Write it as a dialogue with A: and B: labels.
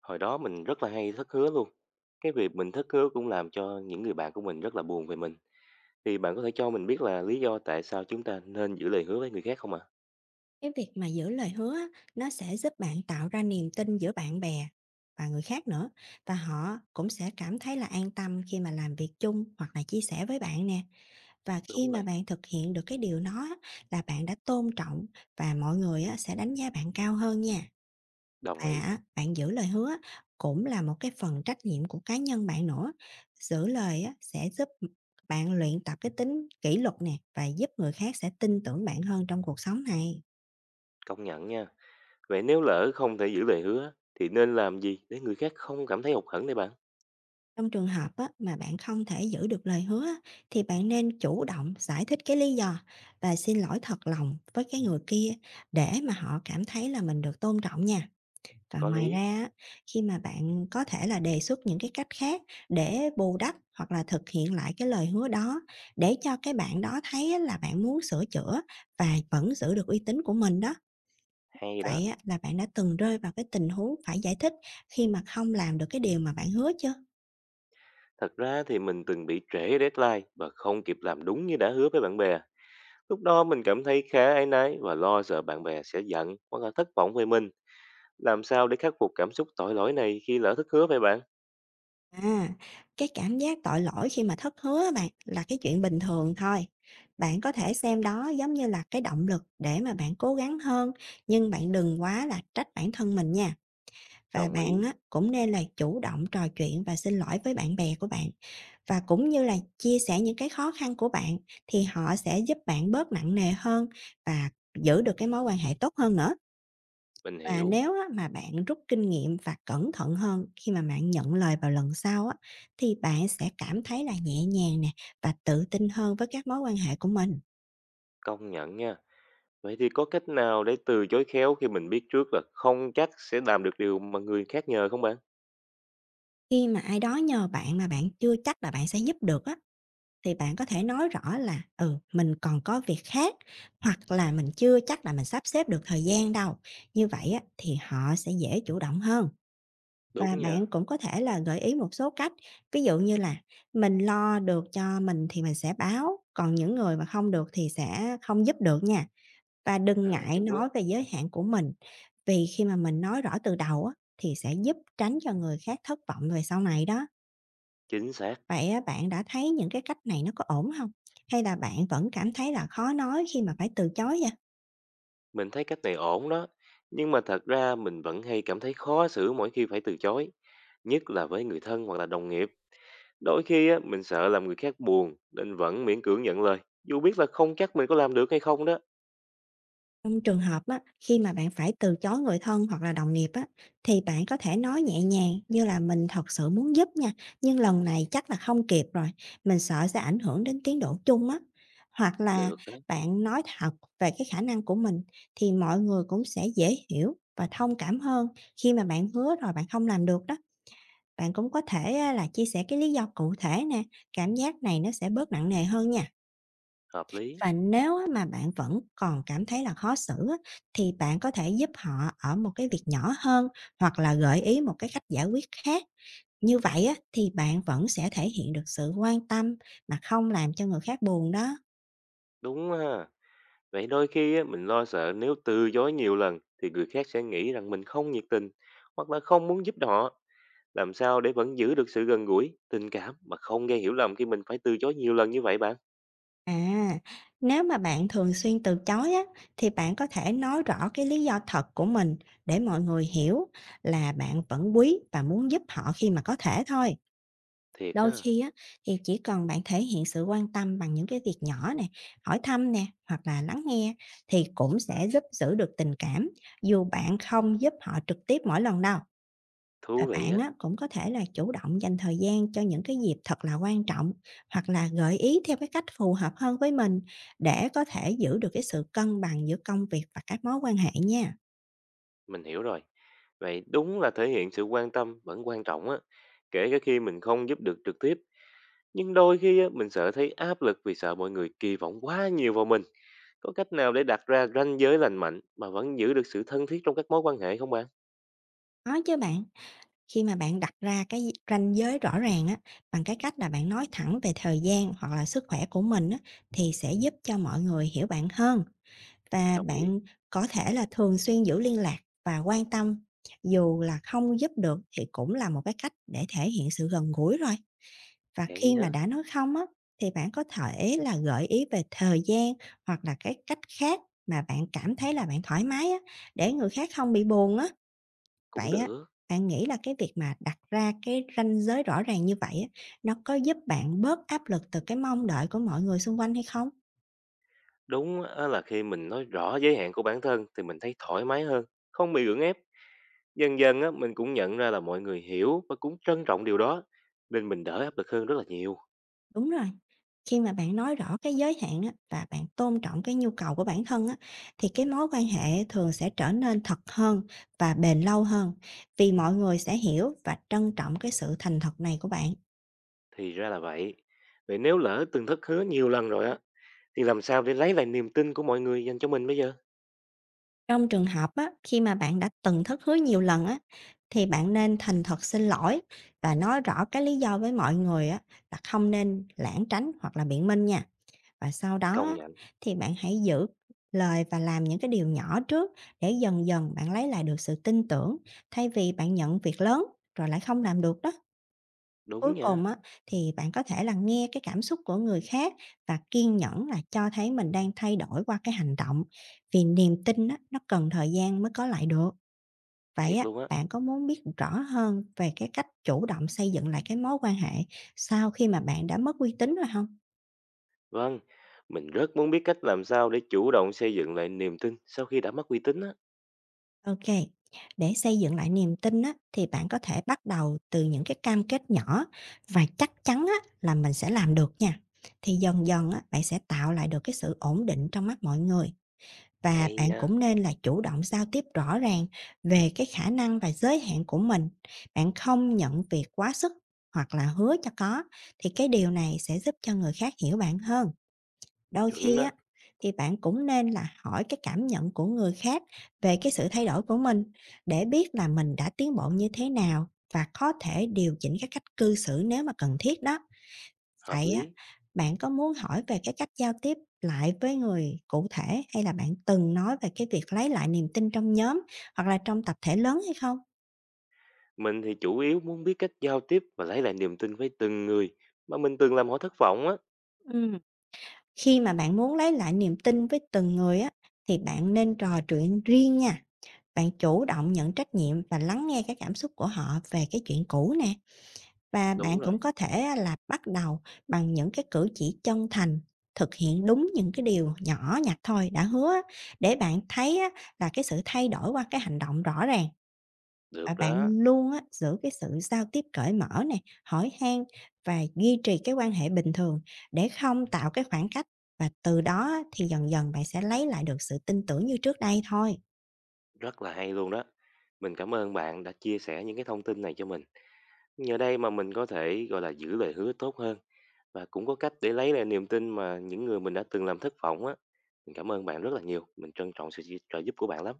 A: Hồi đó mình rất là hay thất hứa luôn. Cái việc mình thất hứa cũng làm cho những người bạn của mình rất là buồn về mình. Thì bạn có thể cho mình biết là lý do tại sao chúng ta nên giữ lời hứa với người khác không ạ?
B: Cái việc mà giữ lời hứa á, nó sẽ giúp bạn tạo ra niềm tin giữa bạn bè và người khác nữa, và họ cũng sẽ cảm thấy là an tâm khi mà làm việc chung hoặc là chia sẻ với bạn nè. Và khi
A: Đúng
B: mà
A: rồi,
B: bạn thực hiện được cái điều đó á, là bạn đã tôn trọng, và mọi người á, sẽ đánh giá bạn cao hơn nha.
A: đồng
B: Và
A: ý,
B: á, bạn giữ lời hứa á, cũng là một cái phần trách nhiệm của cá nhân bạn nữa. Giữ lời á, sẽ giúp bạn luyện tập cái tính kỷ luật nè, và giúp người khác sẽ tin tưởng bạn hơn trong cuộc sống này.
A: công nhận nha. Vậy nếu lỡ không thể giữ lời hứa thì nên làm gì để người khác không cảm thấy hụt hẫng đây bạn?
B: Trong trường hợp á, mà bạn không thể giữ được lời hứa á, thì bạn nên chủ động giải thích cái lý do và xin lỗi thật lòng với cái người kia, để mà họ cảm thấy là mình được tôn trọng nha. Và
A: Có
B: ngoài ra
A: lý,
B: á, khi mà bạn có thể là đề xuất những cái cách khác để bù đắp hoặc là thực hiện lại cái lời hứa đó, để cho cái bạn đó thấy á, là bạn muốn sửa chữa và vẫn giữ được uy tín của mình đó.
A: hay đó.
B: Vậy á, là bạn đã từng rơi vào cái tình huống phải giải thích khi mà không làm được cái điều mà bạn hứa chưa?
A: Thật ra thì mình từng bị trễ deadline và không kịp làm đúng như đã hứa với bạn bè. Lúc đó mình cảm thấy khá áy náy và lo sợ bạn bè sẽ giận hoặc là thất vọng về mình. Làm sao để khắc phục cảm xúc tội lỗi này khi lỡ thất hứa vậy bạn?
B: À, cái cảm giác tội lỗi khi mà thất hứa á bạn, là cái chuyện bình thường thôi. Bạn có thể xem đó giống như là cái động lực để mà bạn cố gắng hơn, nhưng bạn đừng quá là trách bản thân mình nha. Và
A: Đồng
B: bạn
A: ý,
B: á, cũng nên là chủ động trò chuyện và xin lỗi với bạn bè của bạn. Và cũng như là chia sẻ những cái khó khăn của bạn, thì họ sẽ giúp bạn bớt nặng nề hơn và giữ được cái mối quan hệ tốt hơn nữa.
A: mình
B: Và
A: hiểu,
B: nếu á mà bạn rút kinh nghiệm và cẩn thận hơn khi mà bạn nhận lời vào lần sau á, thì bạn sẽ cảm thấy là nhẹ nhàng nè, và tự tin hơn với các mối quan hệ của mình.
A: công nhận nha. Vậy thì có cách nào để từ chối khéo khi mình biết trước là không chắc sẽ làm được điều mà người khác nhờ không bạn?
B: Khi mà ai đó nhờ bạn mà bạn chưa chắc là bạn sẽ giúp được á, thì bạn có thể nói rõ là ừ mình còn có việc khác, hoặc là mình chưa chắc là mình sắp xếp được thời gian đâu. Như vậy á, thì họ sẽ dễ chủ động hơn. Và
A: Đúng
B: bạn
A: nha,
B: cũng có thể là gợi ý một số cách, ví dụ như là mình lo được cho mình thì mình sẽ báo, còn những người mà không được thì sẽ không giúp được nha. Và đừng
A: à,
B: ngại
A: chuẩn á,
B: nói về giới hạn của mình, vì khi mà mình nói rõ từ đầu á, thì sẽ giúp tránh cho người khác thất vọng về sau này đó.
A: chính xác.
B: Vậy á, bạn đã thấy những cái cách này nó có ổn không? Hay là bạn vẫn cảm thấy là khó nói khi mà phải từ chối vậy?
A: Mình thấy cách này ổn đó. Nhưng mà thật ra mình vẫn hay cảm thấy khó xử mỗi khi phải từ chối. Nhất là với người thân hoặc là đồng nghiệp. Đôi khi á, mình sợ làm người khác buồn nên vẫn miễn cưỡng nhận lời. Dù biết là không chắc mình có làm được hay không đó.
B: Trong trường hợp á, khi mà bạn phải từ chối người thân hoặc là đồng nghiệp á, thì bạn có thể nói nhẹ nhàng, như là mình thật sự muốn giúp nha, nhưng lần này chắc là không kịp rồi, mình sợ sẽ ảnh hưởng đến tiến độ chung á. Hoặc là
A: Được đó,
B: bạn nói thật về cái khả năng của mình, thì mọi người cũng sẽ dễ hiểu và thông cảm hơn khi mà bạn hứa rồi bạn không làm được đó. Bạn cũng có thể á, là chia sẻ cái lý do cụ thể nè, cảm giác này nó sẽ bớt nặng nề hơn nha.
A: hợp lý,
B: Và nếu á mà bạn vẫn còn cảm thấy là khó xử á, thì bạn có thể giúp họ ở một cái việc nhỏ hơn, hoặc là gợi ý một cái cách giải quyết khác. Như vậy á, thì bạn vẫn sẽ thể hiện được sự quan tâm mà không làm cho người khác buồn đó.
A: đúng ha. Vậy đôi khi á, mình lo sợ nếu từ chối nhiều lần thì người khác sẽ nghĩ rằng mình không nhiệt tình hoặc là không muốn giúp họ. Làm sao để vẫn giữ được sự gần gũi, tình cảm mà không gây hiểu lầm khi mình phải từ chối nhiều lần như vậy bạn?
B: À, nếu mà bạn thường xuyên từ chối á, thì bạn có thể nói rõ cái lý do thật của mình để mọi người hiểu là bạn vẫn quý và muốn giúp họ khi mà có thể thôi.
A: Thiệt
B: Đôi
A: ha,
B: khi á, thì chỉ cần bạn thể hiện sự quan tâm bằng những cái việc nhỏ nè, hỏi thăm nè, hoặc là lắng nghe, thì cũng sẽ giúp giữ được tình cảm, dù bạn không giúp họ trực tiếp mỗi lần đâu. Và
A: thú vị
B: bạn
A: á,
B: á, cũng có thể là chủ động dành thời gian cho những cái dịp thật là quan trọng, hoặc là gợi ý theo cái cách phù hợp hơn với mình, để có thể giữ được cái sự cân bằng giữa công việc và các mối quan hệ nha.
A: mình hiểu rồi. Vậy đúng là thể hiện sự quan tâm vẫn quan trọng á. Kể cả khi mình không giúp được trực tiếp, nhưng đôi khi á, mình sợ thấy áp lực vì sợ mọi người kỳ vọng quá nhiều vào mình. Có cách nào để đặt ra ranh giới lành mạnh mà vẫn giữ được sự thân thiết trong các mối quan hệ không bạn?
B: Có chứ bạn. Khi mà bạn đặt ra cái ranh giới rõ ràng á, bằng cái cách là bạn nói thẳng về thời gian hoặc là sức khỏe của mình á, thì sẽ giúp cho mọi người hiểu bạn hơn. Và
A: Đồng ý.
B: bạn có thể là thường xuyên giữ liên lạc và quan tâm, dù là không giúp được thì cũng là một cái cách để thể hiện sự gần gũi rồi. Và
A: Vậy
B: khi
A: hả?
B: mà đã nói không á, thì bạn có thể là gợi ý về thời gian, hoặc là cái cách khác mà bạn cảm thấy là bạn thoải mái á, để người khác không bị buồn á.
A: Cũng
B: Vậy á,
A: được.
B: bạn nghĩ là cái việc mà đặt ra cái ranh giới rõ ràng như vậy á, nó có giúp bạn bớt áp lực từ cái mong đợi của mọi người xung quanh hay không?
A: Đúng á là khi mình nói rõ giới hạn của bản thân thì mình thấy thoải mái hơn, không bị gượng ép. Dần dần á, mình cũng nhận ra là mọi người hiểu và cũng trân trọng điều đó, nên mình đỡ áp lực hơn rất là nhiều.
B: Đúng rồi, khi mà bạn nói rõ cái giới hạn á, và bạn tôn trọng cái nhu cầu của bản thân á, thì cái mối quan hệ thường sẽ trở nên thật hơn và bền lâu hơn, vì mọi người sẽ hiểu và trân trọng cái sự thành thật này của bạn.
A: Thì ra là vậy. Vậy nếu lỡ từng thất hứa nhiều lần rồi á, thì làm sao để lấy lại niềm tin của mọi người dành cho mình bây giờ?
B: Trong trường hợp á, khi mà bạn đã từng thất hứa nhiều lần á, thì bạn nên thành thật xin lỗi và nói rõ cái lý do với mọi người á, là không nên lảng tránh hoặc là biện minh nha. Và sau đó
A: Công
B: á,
A: nhận.
B: thì bạn hãy giữ lời và làm những cái điều nhỏ trước, để dần dần bạn lấy lại được sự tin tưởng, thay vì bạn nhận việc lớn rồi lại không làm được đó. Cuối
A: Đúng
B: cùng
A: nha,
B: á, thì bạn có thể là nghe cái cảm xúc của người khác và kiên nhẫn là cho thấy mình đang thay đổi qua cái hành động, vì niềm tin á, nó cần thời gian mới có lại được. Vậy
A: thiệt
B: á,
A: luôn á.
B: bạn có muốn biết rõ hơn về cái cách chủ động xây dựng lại cái mối quan hệ sau khi mà bạn đã mất uy tín rồi không?
A: Vâng, mình rất muốn biết cách làm sao để chủ động xây dựng lại niềm tin sau khi đã mất uy tín á.
B: Ok, để xây dựng lại niềm tin á, thì bạn có thể bắt đầu từ những cái cam kết nhỏ và chắc chắn á, là mình sẽ làm được nha. Thì dần dần á, bạn sẽ tạo lại được cái sự ổn định trong mắt mọi người. Và
A: Hay
B: bạn
A: nha,
B: cũng nên là chủ động giao tiếp rõ ràng về cái khả năng và giới hạn của mình. Bạn không nhận việc quá sức hoặc là hứa cho có, thì cái điều này sẽ giúp cho người khác hiểu bạn hơn. Đôi
A: chuẩn
B: khi
A: đó,
B: á, thì bạn cũng nên là hỏi cái cảm nhận của người khác về cái sự thay đổi của mình, để biết là mình đã tiến bộ như thế nào, và có thể điều chỉnh các cách cư xử nếu mà cần thiết đó.
A: hợp
B: Vậy á,
A: lý.
B: bạn có muốn hỏi về cái cách giao tiếp lại với người cụ thể, hay là bạn từng nói về cái việc lấy lại niềm tin trong nhóm hoặc là trong tập thể lớn hay không?
A: Mình thì chủ yếu muốn biết cách giao tiếp và lấy lại niềm tin với từng người mà mình từng làm họ thất vọng á.
B: Ừm, khi mà bạn muốn lấy lại niềm tin với từng người á, thì bạn nên trò chuyện riêng nha. Bạn chủ động nhận trách nhiệm và lắng nghe cái cảm xúc của họ về cái chuyện cũ nè. Và bạn
A: Đúng rồi,
B: cũng có thể á là bắt đầu bằng những cái cử chỉ chân thành, thực hiện đúng những cái điều nhỏ nhặt thôi đã hứa á, để bạn thấy á là cái sự thay đổi qua cái hành động rõ ràng. Và
A: được
B: bạn
A: đó,
B: luôn á giữ cái sự giao tiếp cởi mở này, hỏi han và duy trì cái quan hệ bình thường, để không tạo cái khoảng cách, và từ đó á thì dần dần bạn sẽ lấy lại được sự tin tưởng như trước đây thôi.
A: rất là hay luôn đó. Mình cảm ơn bạn đã chia sẻ những cái thông tin này cho mình. Nhờ đây mà mình có thể gọi là giữ lời hứa tốt hơn và cũng có cách để lấy lại niềm tin mà những người mình đã từng làm thất vọng á. Mình cảm ơn bạn rất là nhiều. Mình trân trọng sự trợ giúp của bạn lắm.